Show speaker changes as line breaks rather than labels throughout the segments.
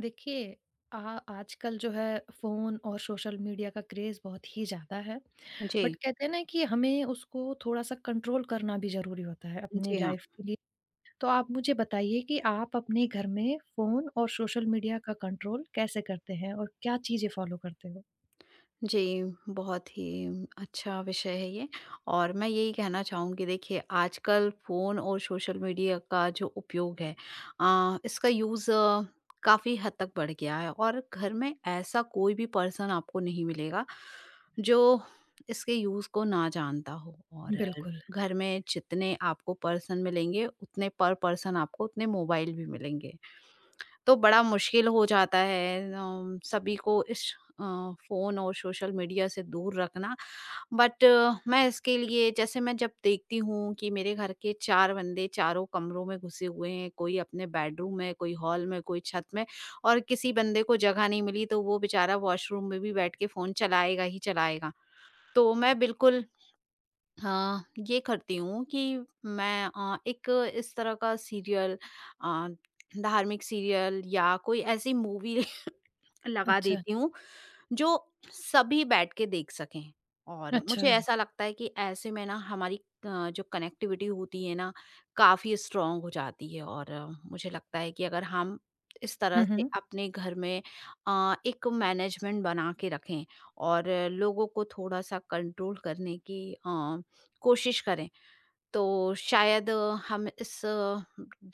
देखिए। आ आजकल जो है फ़ोन और सोशल मीडिया का क्रेज़ बहुत ही ज़्यादा है। बट
जी।
कहते हैं ना कि हमें उसको थोड़ा-सा कंट्रोल करना भी ज़रूरी होता है अपनी
जी हाँ।
लाइफ़ के लिए। तो आप मुझे बताइए कि आप अपने घर में फ़ोन और सोशल मीडिया का कंट्रोल कैसे करते हैं और क्या चीज़ें फ़ॉलो करते हो?
जी, बहुत ही अच्छा विषय है ये। और मैं यही कहना चाहूँगी, देखिए आजकल फ़ोन और सोशल मीडिया का जो उपयोग है, इसका यूज़ काफ़ी हद तक बढ़ गया है। और घर में ऐसा कोई भी पर्सन आपको नहीं मिलेगा जो इसके यूज़ को ना जानता हो। और
बिल्कुल।
घर में जितने आपको पर्सन मिलेंगे, उतने पर पर्सन आपको उतने मोबाइल भी मिलेंगे। तो बड़ा मुश्किल हो जाता है सभी को इस अ, फ़ोन और सोशल मीडिया से दूर रखना। बट मैं इसके लिए, जैसे मैं जब देखती हूँ कि मेरे घर के चार बंदे चारों कमरों में घुसे हुए हैं, कोई अपने बेडरूम में, कोई हॉल में, कोई छत में, और किसी बंदे को जगह नहीं मिली, तो वो बेचारा वॉशरूम में भी बैठ के फ़ोन चलाएगा ही चलाएगा। तो मैं बिल्कुल, हाँ, ये करती हूँ कि मैं एक इस तरह का सीरियल, अ, धार्मिक सीरियल या कोई ऐसी मूवी लगा
अच्छा,
देती हूँ जो सभी बैठ के देख सकें। और
अच्छा।
मुझे ऐसा लगता है कि ऐसे में ना हमारी जो कनेक्टिविटी होती है ना, काफ़ी स्ट्रांग हो जाती है। और मुझे लगता है कि अगर हम इस तरह
हुँ,
से
हुँ।
अपने घर में एक मैनेजमेंट बना के रखें, और लोगों को थोड़ा सा कंट्रोल करने की कोशिश करें, तो शायद हम इस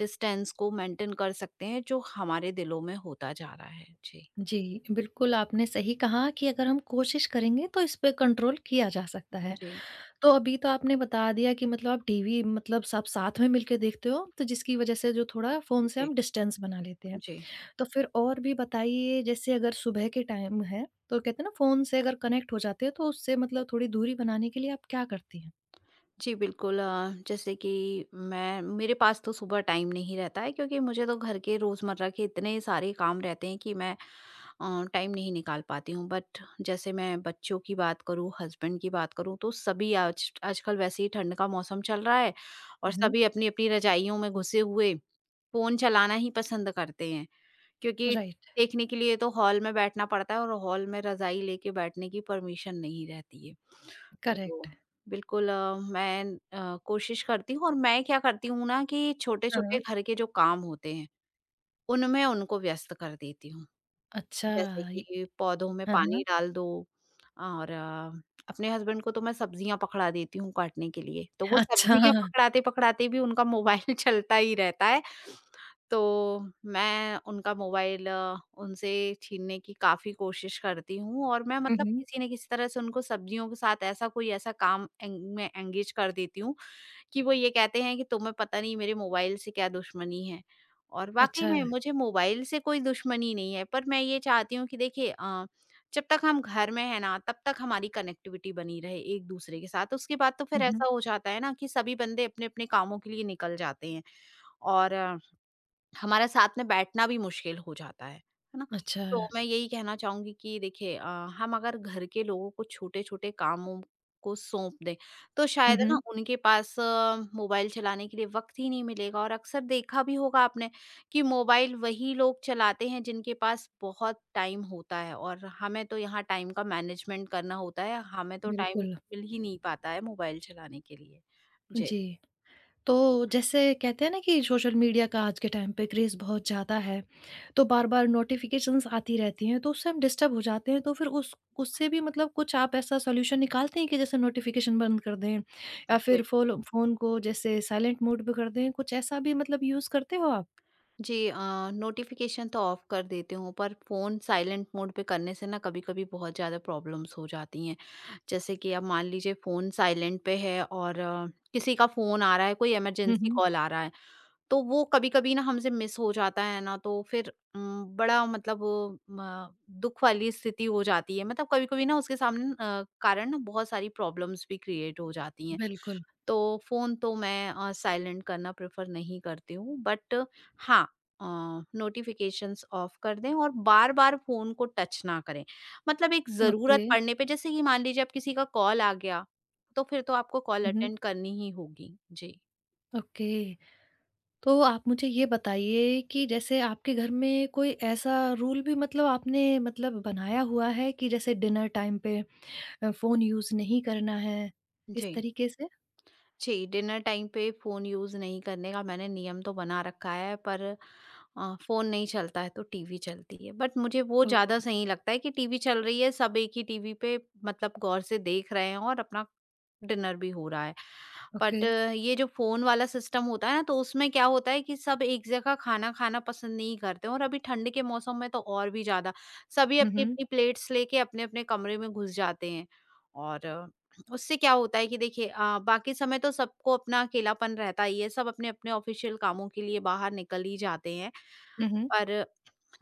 डिस्टेंस को मेंटेन कर सकते हैं, जो हमारे दिलों में होता जा रहा है। जी।
जी, बिल्कुल आपने सही कहा कि अगर हम कोशिश करेंगे तो इस पे कंट्रोल किया जा सकता है।
जी।
तो अभी तो आपने बता दिया कि मतलब आप टीवी मतलब सब साथ में मिलके देखते हो, तो जिसकी वजह से जो थोड़ा फ़ोन से
जी।
हम डिस्टेंस बना लेते हैं।
जी।
तो फिर और भी बताइए जैसे अगर सुबह के टाइम है, तो कहते हैं ना फ़ोन से अगर कनेक्ट हो जाते हैं तो उससे मतलब थोड़ी दूरी बनाने के लिए आप क्या करती हैं?
जी बिल्कुल, जैसे कि मैं, मेरे पास तो सुबह टाइम नहीं रहता है क्योंकि मुझे तो घर के रोज़मर्रा के इतने सारे काम रहते हैं कि मैं टाइम नहीं निकाल पाती हूँ। बट जैसे मैं बच्चों की बात करूँ, हस्बैंड की बात करूँ, तो सभी आज आजकल वैसे ही ठंड का मौसम चल रहा है, और
हुँ, हुँ।
सभी अपनी अपनी रजाइयों में घुसे हुए फ़ोन चलाना ही पसंद करते हैं। क्योंकि
राइट,
देखने के लिए तो हॉल में बैठना पड़ता है, और हॉल में रजाई लेके बैठने की परमिशन नहीं रहती है। तो
करेक्ट।
बिल्कुल, मैं कोशिश करती हूँ। और मैं क्या करती हूँ ना कि छोटे-छोटे
हाँ।
घर के जो काम होते हैं, उनमें उनको व्यस्त कर देती हूँ।
अच्छा,
जैसे
ये
कि पौधों में
हाँ, हाँ।
पानी डाल दो। और अपने हस्बैंड को तो मैं सब्जियाँ पकड़ा देती हूँ काटने के लिए, तो वो
अच्छा।
सब्जियाँ पकड़ाते-पकड़ाते भी उनका मोबाइल चलता ही रहता है। तो मैं उनका मोबाइल उनसे छीनने की काफ़ी कोशिश करती हूँ। और मैं,
हुँ,
मतलब
हुँ।
किसी न किसी तरह से उनको सब्जियों के साथ ऐसा कोई ऐसा काम एंग में एंगेज कर देती हूँ, कि वो ये कहते हैं कि तुम्हें पता नहीं मेरे मोबाइल से क्या दुश्मनी है। और वाक़ई
अच्छा।
में मुझे मोबाइल से कोई दुश्मनी नहीं है, पर मैं ये चाहती हूँ कि देखिए, जब तक हम घर में हैं ना, तब तक हमारी कनेक्टिविटी बनी रहे एक-दूसरे के साथ। उसके बाद तो फिर
हुँ, हुँ।
ऐसा हो जाता है ना कि सभी बंदे अपने-अपने कामों के लिए निकल जाते हैं, और हमारा साथ में बैठना भी मुश्किल हो जाता है ना?
अच्छा।
तो मैं यही कहना चाहूँगी कि देखिए, हम अगर घर के लोगों को छोटे-छोटे कामों को सौंप दें, तो
हुँ,
शायद है ना
हुँ।
उनके पास मोबाइल चलाने के लिए वक़्त ही नहीं मिलेगा। और अक्सर देखा भी होगा आपने कि मोबाइल वही लोग चलाते हैं जिनके पास बहुत टाइम होता है, और हमें तो यहाँ टाइम का मैनेजमेंट करना होता है, हमें तो टाइम
बिल्कुल।
मिल ही नहीं पाता है मोबाइल चलाने के लिए। जी।
जी। तो जैसे कहते हैं ना कि सोशल मीडिया का आज के टाइम पे क्रेज़ बहुत ज़्यादा है, तो बार-बार नोटिफ़िकेशंस आती रहती हैं, तो उससे हम डिस्टर्ब हो जाते हैं। तो फिर उस उससे भी मतलब कुछ आप ऐसा सॉल्यूशन निकालते हैं कि जैसे नोटिफ़िकेशन बंद कर दें या
जी।
फिर फ़ोल फ़ोन को जैसे साइलेंट मोड पे कर दें, कुछ ऐसा भी मतलब यूज़ करते हो आप?
जी, नोटिफिकेशन तो ऑफ कर देती हूँ, पर फ़ोन साइलेंट मोड पे करने से ना कभी-कभी बहुत ज़्यादा प्रॉब्लम्स हो जाती हैं। जैसे कि अब मान लीजिए फ़ोन साइलेंट पे है, और किसी का फ़ोन आ रहा है, कोई
हुँ,
इमरजेंसी
हुँ।
कॉल आ रहा है, तो वो कभी-कभी ना हमसे मिस हो जाता है ना, तो फिर बड़ा मतलब म दुःख वाली स्थिति हो जाती है। मतलब कभी-कभी ना उसके सामने कारण ना बहुत सारी प्रॉब्लम्स भी क्रिएट हो जाती हैं।
बिल्कुल।
तो फ़ोन तो मैं साइलेंट करना प्रेफर नहीं करती हूँ, बट हाँ, नोटिफिकेशंस ऑफ कर दें और बार बार फोन को टच ना करें। मतलब एक ज़रूरत
ओके।
पड़ने पे, जैसे कि मान लीजिए अब किसी का कॉल आ गया, तो फिर तो आपको कॉल
हुँ, हुँ।
अटेंड करनी ही होगी। जी।
ओके। तो आप मुझे ये बताइए कि जैसे आपके घर में कोई ऐसा रूल भी मतलब आपने मतलब बनाया हुआ है कि जैसे डिनर टाइम पे फ़ोन यूज़ नहीं करना है, इस
जी।
तरीके से?
जी, डिनर टाइम पे फ़ोन यूज़ नहीं करने का मैंने नियम तो बना रखा है, पर फ़ोन नहीं चलता है तो टीवी चलती है। बट मुझे वो ज़्यादा
ओह!
सही लगता है कि टीवी चल रही है, सब एक ही टीवी पे मतलब गौर से देख रहे हैं, और अपना डिनर भी हो रहा है।
ओके।
बट ये जो फ़ोन वाला सिस्टम होता है ना, तो उसमें क्या होता है कि सब एक जगह खाना खाना पसंद नहीं करते, और अभी ठंड के मौसम में तो और भी ज़्यादा। सभी
हुँ, हुँ।
अपनी-अपनी प्लेट्स लेके अपने-अपने कमरे में घुस जाते हैं। और उससे क्या होता है कि देखिए, बाकी समय तो सबको अपना अकेलापन रहता ही है, सब अपने-अपने ऑफ़िशियल कामों के लिए बाहर निकल ही जाते हैं।
हुँ, हुँ।
पर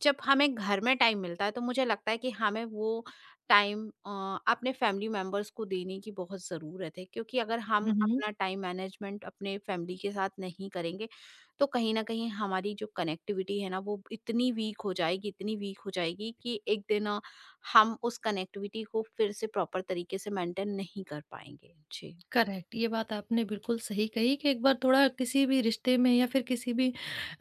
जब हमें घर में टाइम मिलता है, तो मुझे लगता है कि हमें वो टाइम अपने फैमिली मेंबर्स को देने की बहुत ज़रूरत है, क्योंकि अगर हम
हुँ, हुँ।
अपना टाइम मैनेजमेंट अपने फैमिली के साथ नहीं करेंगे, तो कहीं ना कहीं हमारी जो कनेक्टिविटी है ना, वो इतनी वीक हो जाएगी, इतनी वीक हो जाएगी कि एक दिन हम उस कनेक्टिविटी को फिर से प्रॉपर तरीके से मेंटेन नहीं कर पाएंगे। जी।
करेक्ट, ये बात आपने बिल्कुल सही कही कि एक बार थोड़ा किसी भी रिश्ते में या फिर किसी भी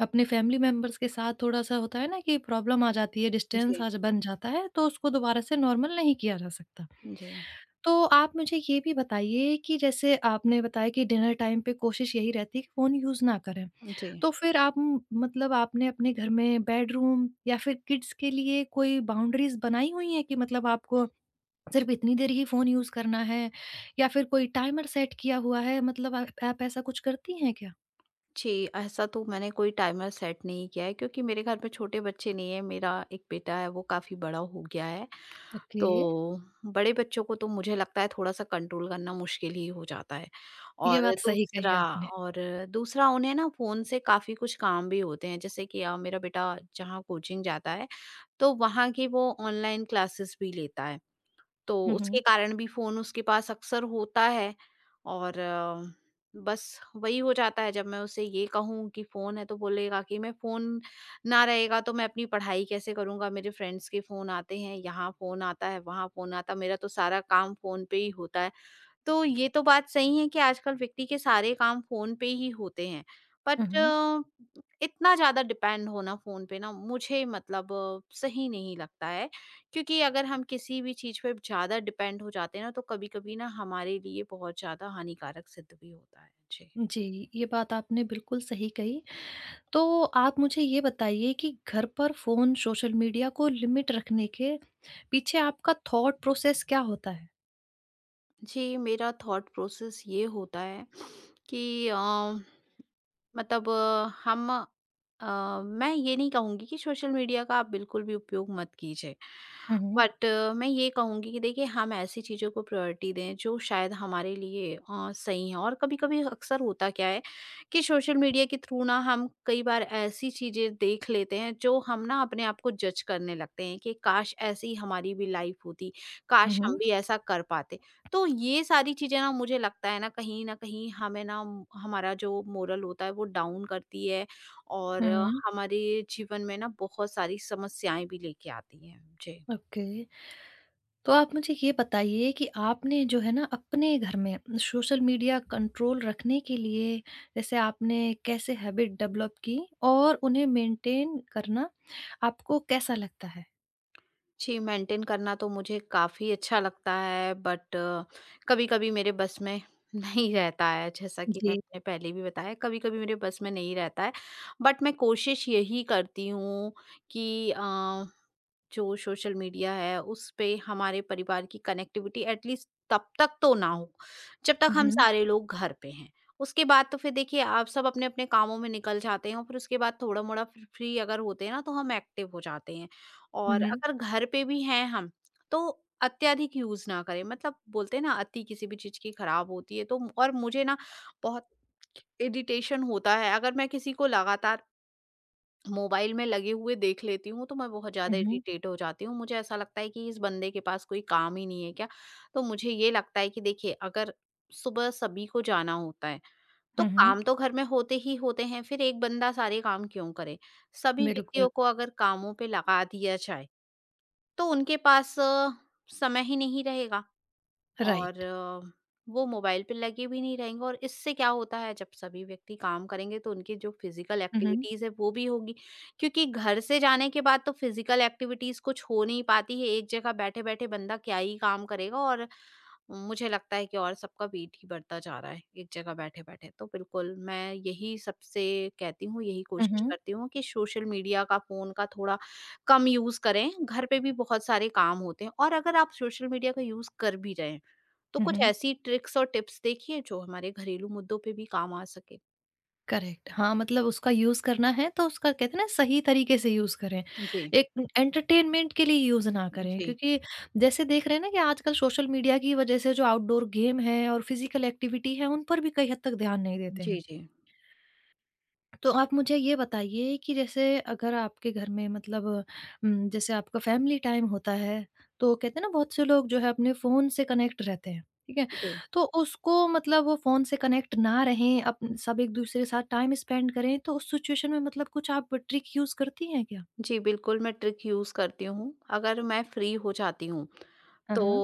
अपने फैमिली मेंबर्स के साथ थोड़ा-सा होता है ना कि प्रॉब्लम आ जाती है,
जी।
डिस्टेंस आज बन जाता है, तो उसको दोबारा से नॉर्मल नहीं किया जा सकता।
जी।
तो आप मुझे ये भी बताइए कि जैसे आपने बताया कि डिनर टाइम पे कोशिश यही रहती है कि फ़ोन यूज़ ना करें।
जी।
तो फिर आप म मतलब आपने अपने घर में बेडरूम या फिर किड्स के लिए कोई बाउंड्रीज़ बनाई हुई हैं कि मतलब आपको सिर्फ इतनी देर ही फ़ोन यूज़ करना है या फिर कोई टाइमर सेट किया हुआ है मतलब आप ऐसा कुछ करती हैं क्या?
जी, ऐसा तो मैंने कोई टाइमर सेट नहीं किया है क्योंकि मेरे घर में छोटे बच्चे नहीं हैं। मेरा एक बेटा है, वो काफ़ी बड़ा हो गया है।
ओके।
तो बड़े बच्चों को तो मुझे लगता है थोड़ा-सा कंट्रोल करना मुश्किल ही हो जाता है।
ये
और
बात सही कही
दूसरा
आपने।
और दूसरा उन्हें ना फ़ोन से काफ़ी कुछ काम भी होते हैं। जैसे कि मेरा बेटा जहाँ कोचिंग जाता है, तो वहाँ की वो ऑनलाइन क्लासेस भी लेता है। तो
हुँ,
उसके
हुँ।
कारण भी फ़ोन उसके पास अक्सर होता है। और बस वही हो जाता है, जब मैं उसे ये कहूँ कि फ़ोन है तो बोलेगा कि मैं, फ़ोन ना रहेगा तो मैं अपनी पढ़ाई कैसे करूँगा, मेरे फ्रेंड्स के फ़ोन आते हैं, यहाँ फ़ोन आता है, वहाँ फ़ोन आता है, मेरा तो सारा काम फ़ोन पे ही होता है। तो ये तो बात सही है कि आजकल व्यक्ति के सारे काम फ़ोन पे ही होते हैं।
हुँ,
बट
हुँ।
इतना ज़्यादा डिपेंड होना फ़ोन पे ना मुझे, मतलब सही नहीं लगता है। क्योंकि अगर हम किसी भी चीज़ पे ज़्यादा डिपेंड हो जाते हैं ना, तो कभी-कभी ना हमारे लिए बहुत ज़्यादा हानिकारक सिद्ध भी होता है। जी।
जी, ये बात आपने बिल्कुल सही कही। तो आप मुझे ये बताइए कि घर पर फ़ोन, सोशल मीडिया को लिमिट रखने के पीछे आपका थॉट प्रोसेस क्या होता है?
जी, मेरा थॉट प्रोसेस ये होता है कि अ, मतलब हम मैं ये नहीं कहूँगी कि सोशल मीडिया का आप बिल्कुल भी उपयोग मत कीजिए।
हुँ, हुँ।
बट मैं ये कहूँगी कि देखिए, हम ऐसी चीज़ों को प्रायोरिटी दें जो शायद हमारे लिए सही हैं। और कभी-कभी अक्सर होता क्या है कि सोशल मीडिया के थ्रू ना हम कई बार ऐसी चीज़ें देख लेते हैं, जो हम ना अपने आप को जज करने लगते हैं कि काश ऐसी हमारी भी लाइफ होती,
हुँ,
काश हम
हुँ।
भी ऐसा कर पाते। तो ये सारी चीज़ें ना, मुझे लगता है ना, कहीं न कहीं हमें ना हमारा जो मोरल होता है वो डाउन करती है, और
हुँ, हुँ।
हमारे जीवन में ना बहुत सारी समस्याएँ भी लेके आती है। जी।
ओके। तो आप मुझे ये बताइए कि आपने जो है ना अपने घर में सोशल मीडिया कंट्रोल रखने के लिए जैसे आपने कैसे हैबिट डेवलप की और उन्हें मेंटेन करना आपको कैसा लगता है?
जी, मेंटेन करना तो मुझे काफ़ी अच्छा लगता है, बट कभी-कभी मेरे बस में नहीं रहता है, जैसा कि
जी।
मैंने पहले भी बताया, कभी-कभी मेरे बस में नहीं रहता है। बट मैं कोशिश यही करती हूँ कि जो सोशल मीडिया है उस पे हमारे परिवार की कनेक्टिविटी एटलीस्ट तब तक तो ना हो, जब तक
हुँ,
हम
हुँ,
सारे लोग घर पे हैं। उसके बाद तो फिर देखिए आप सब अपने-अपने कामों में निकल जाते हैं, और फिर उसके बाद थोड़ा-मोड़ा फ्री अगर होते हैं ना, तो हम एक्टिव हो जाते हैं। और
हुँ,
अगर घर पे भी हैं हम, तो अत्यधिक यूज ना करें। मतलब बोलते हैं ना, अति किसी भी चीज की खराब होती है। तो और मुझे ना बहुत इरिटेशन होता है, अगर मैं किसी को लगातार मोबाइल में लगे हुए देख लेती हूँ, तो मैं बहुत ज्यादा
हुँ,
इरिटेट हो जाती हूँ। मुझे ऐसा लगता है कि इस बंदे के पास कोई काम ही नहीं है क्या। तो मुझे ये लगता है कि देखिए, अगर सुबह सभी को जाना होता है, तो
हुँ, हुँ,
काम तो घर में होते ही होते हैं। फिर एक बंदा सारे काम क्यों करे? सभी
बिल्कुल,
व्यक्तियों को अगर कामों पे लगा दिया जाए, तो उनके पास समय ही नहीं रहेगा, और
राइट।
वो मोबाइल पे लगे भी नहीं रहेंगे। और इससे क्या होता है, जब सभी व्यक्ति काम करेंगे तो उनकी जो फिजिकल
हुँ, हुँ,
एक्टिविटीज है वो भी होगी, क्योंकि घर से जाने के बाद तो फिजिकल एक्टिविटीज कुछ हो नहीं पाती है, एक जगह बैठे बैठे बंदा क्या ही काम करेगा। और मुझे लगता है कि और सबका वेट ही बढ़ता जा रहा है एक जगह बैठे बैठे। तो बिल्कुल मैं यही सबसे कहती हूँ, यही कोशिश
हुँ,
करती हूँ कि सोशल मीडिया का, फोन का थोड़ा कम यूज करें। घर पे भी बहुत सारे काम होते हैं और अगर आप सोशल मीडिया का यूज कर भी रहे हैं तो
हुँ,
कुछ
हुँ।
ऐसी ट्रिक्स और टिप्स देखिए जो हमारे घरेलू मुद्दों पे भी काम आ सके।
करेक्ट। हाँ, मतलब उसका यूज़ करना है तो उसका कहते हैं ना सही तरीके से यूज़ करें।
जी
एक एंटरटेनमेंट के लिए यूज़ ना करें
जी
क्योंकि जैसे देख रहे हैं ना कि आजकल सोशल मीडिया की वज़ह से जो आउटडोर गेम है और फिज़िकल एक्टिविटी है उन पर भी कई हद तक ध्यान नहीं देते
जी। जी।
हैं।
जी।
तो आप मुझे ये बताइए कि जैसे अगर आपके घर में मतलब जैसे आपका फैमिली टाइम होता है, तो कहते हैं ना बहुत से लोग जो है अपने फ़ोन से कनेक्ट रहते हैं, ठीक है? तो उसको मतलब वो फ़ोन से कनेक्ट ना रहें, अप सब एक-दूसरे के साथ टाइम स्पेंड करें, तो उस सिचुएशन में मतलब कुछ आप ट्रिक यूज़ करती हैं क्या?
जी, बिल्कुल मैं ट्रिक यूज करती हूँ। अगर मैं फ्री हो जाती हूँ
हाँ,
तो
हाँ।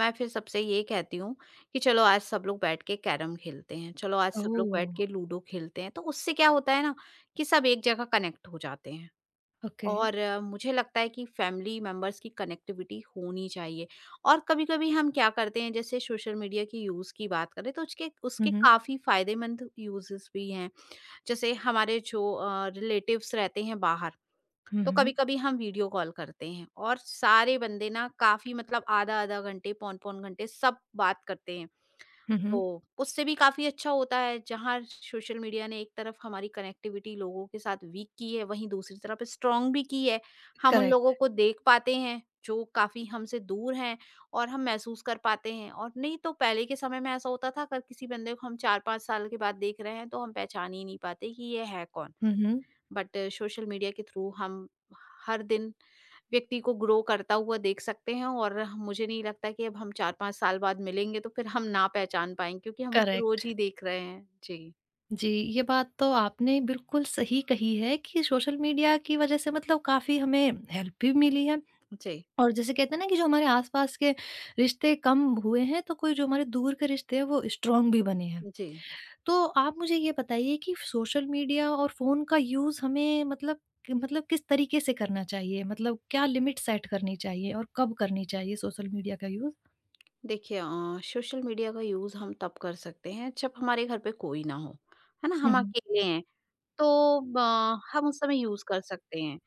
मैं फिर सबसे ये कहती हूँ कि चलो आज सब लोग बैठ के कैरम खेलते हैं, चलो आज सब लोग
ओह!
बैठ के लूडो खेलते हैं। तो उससे क्या होता है ना कि सब एक जगह कनेक्ट हो जाते हैं।
ओके।
और मुझे लगता है कि फैमिली मेंबर्स की कनेक्टिविटी होनी चाहिए। और कभी-कभी हम क्या करते हैं, जैसे सोशल मीडिया के यूज़ की बात करें तो उसके
हुँ,
उसके
हुँ।
काफ़ी फ़ायदेमंद यूज़ेस भी हैं। जैसे हमारे जो रिलेटिव्स रहते हैं बाहर,
हुँ,
तो
हुँ।
कभी-कभी हम वीडियो कॉल करते हैं और सारे बंदे ना काफ़ी मतलब आधा-आधा घंटे, पौन-पौन घंटे सब बात करते हैं।
हुँ, हुँ।
तो उससे भी काफ़ी अच्छा होता है। जहाँ सोशल मीडिया ने एक तरफ हमारी कनेक्टिविटी लोगों के साथ वीक की है, वहीं दूसरी तरफ स्ट्रॉन्ग भी की है। हम उन लोगों
करेक्ट।
को देख पाते हैं जो काफ़ी हमसे दूर हैं और हम महसूस कर पाते हैं। और नहीं तो पहले के समय में ऐसा होता था, अगर किसी बंदे को हम 4-5 साल के बाद देख रहे हैं तो हम पहचान ही नहीं पाते कि ये है कौन।
हुँ, हुँ।
बट सोशल मीडिया के थ्रू हम हर दिन व्यक्ति को ग्रो करता हुआ देख सकते हैं और मुझे नहीं लगता कि अब हम चार पांच साल बाद मिलेंगे तो फिर हम ना पहचान पाएंगे, क्योंकि हम उसे रोज
करेक्ट।
ही देख रहे हैं। जी।
जी, ये बात तो आपने बिल्कुल सही कही है कि सोशल मीडिया की वजह से मतलब काफ़ी हमें हेल्प भी मिली है
जी।
और जैसे कहते हैं ना कि जो हमारे आसपास के रिश्ते कम हुए हैं, तो कोई जो हमारे दूर के रिश्ते हैं वो स्ट्रॉन्ग भी बने हैं।
जी।
तो आप मुझे ये बताइए कि सोशल मीडिया और फ़ोन का यूज़ हमें मतलब कि मतलब किस तरीके से करना चाहिए? मतलब क्या लिमिट सेट करनी चाहिए और कब करनी चाहिए सोशल मीडिया का यूज़?
देखिए सोशल मीडिया का यूज हम तब कर सकते हैं जब हमारे घर पे कोई ना हो, है ना,
हुँ,
हम
हुँ।
अकेले हैं। तो हम उस समय यूज कर सकते हैं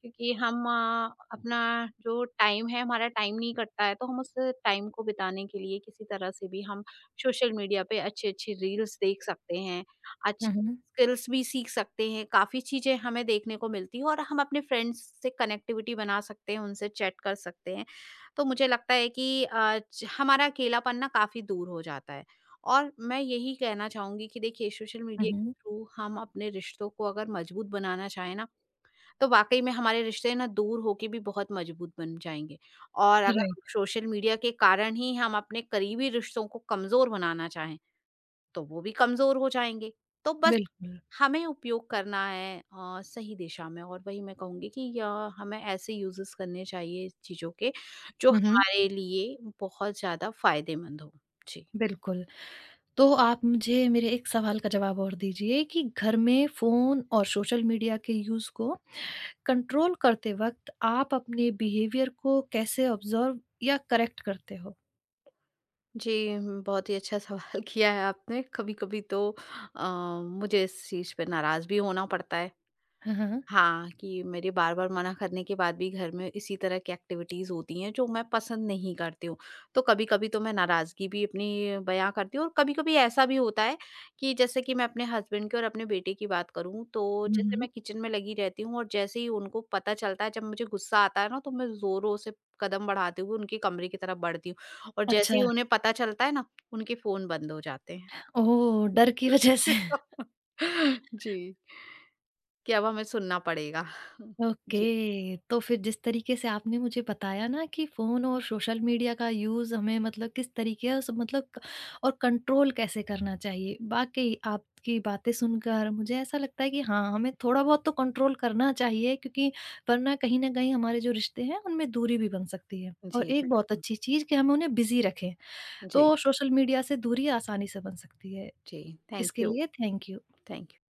क्योंकि हम अपना जो टाइम है, हमारा टाइम नहीं कटता है। तो हम उस टाइम को बिताने के लिए किसी तरह से भी हम सोशल मीडिया पे अच्छे-अच्छे रील्स देख सकते हैं, अच्छी
हुँ, हुँ।
स्किल्स भी सीख सकते हैं, काफ़ी चीज़ें हमें देखने को मिलती हैं और हम अपने फ्रेंड्स से कनेक्टिविटी बना सकते हैं, उनसे चैट कर सकते हैं। तो मुझे लगता है कि ज हमारा अकेलापन ना काफ़ी दूर हो जाता है। और मैं यही कहना चाहूँगी कि देखिए, सोशल
हुँ,
मीडिया के
हुँ।
थ्रू हम अपने रिश्तों को अगर मजबूत बनाना चाहें ना, तो वाक़ई में हमारे रिश्ते ना दूर होके भी बहुत मज़बूत बन जाएँगे। और अगर हम
राइट,
सोशल मीडिया के कारण ही हम अपने करीबी रिश्तों को कमज़ोर बनाना चाहें, तो वो भी कमज़ोर हो जाएँगे। तो बस
बिल्कुल।
हमें उपयोग करना है सही दिशा में। और वही मैं कहूँगी कि य हमें ऐसे यूज़ेस करने चाहिए चीज़ों के, जो
हुँ, हुँ,
हमारे लिए बहुत ज़्यादा फ़ायदेमंद हो। जी।
बिल्कुल। तो आप मुझे मेरे एक सवाल का जवाब और दीजिए कि घर में फ़ोन और सोशल मीडिया के यूज़ को कंट्रोल करते वक़्त आप अपने बिहेवियर को कैसे ऑब्ज़र्व या करेक्ट करते हो?
जी, बहुत ही अच्छा सवाल किया है आपने। कभी-कभी तो मुझे इस चीज़ पे नाराज़ भी होना पड़ता है।
हाँ, हाँ।
हाँ, कि मेरे बार-बार मना करने के बाद भी घर में इसी तरह की एक्टिविटीज़ होती हैं जो मैं पसंद नहीं करती हूँ। तो कभी-कभी तो मैं नाराज़गी भी अपनी बयाँ करती हूँ और कभी-कभी ऐसा भी होता है कि, जैसे कि मैं अपने हस्बैंड की और अपने बेटे की बात करूँ, तो
हुँ,
जैसे मैं
हुँ।
किचन में लगी रहती हूँ और जैसे ही उनको पता चलता है, जब मुझे गुस्सा आता है ना तो मैं ज़ोरों से कदम बढ़ाते हुए उनके कमरे की तरफ बढ़ती हूँ, और जैसे ही
अच्छा,
उन्हें पता चलता है ना, उनके फ़ोन बंद हो जाते हैं।
ओह! डर की वज़ह से।
जी, कि अब हमें सुनना पड़ेगा। जी।
ओके। तो फिर जिस तरीके से आपने मुझे बताया ना कि फोन और सोशल मीडिया का यूज हमें मतलब किस तरीके और कंट्रोल कैसे करना चाहिए, वाकई आपकी बातें सुनकर मुझे ऐसा लगता है कि हाँ हमें थोड़ा बहुत तो कंट्रोल करना चाहिए क्योंकि वरना कहीं ना कहीं हमारे जो रिश्ते हैं उनमें दूरी भी बन सकती है और
जी
एक बहुत
बिल्कुल।
अच्छी चीज कि हम उन्हें बिजी रखें।
जी।
तो सोशल मीडिया से दूरी आसानी से बन सकती है।
जी। thank
इसके
you।
लिए थैंक यू।
thank you।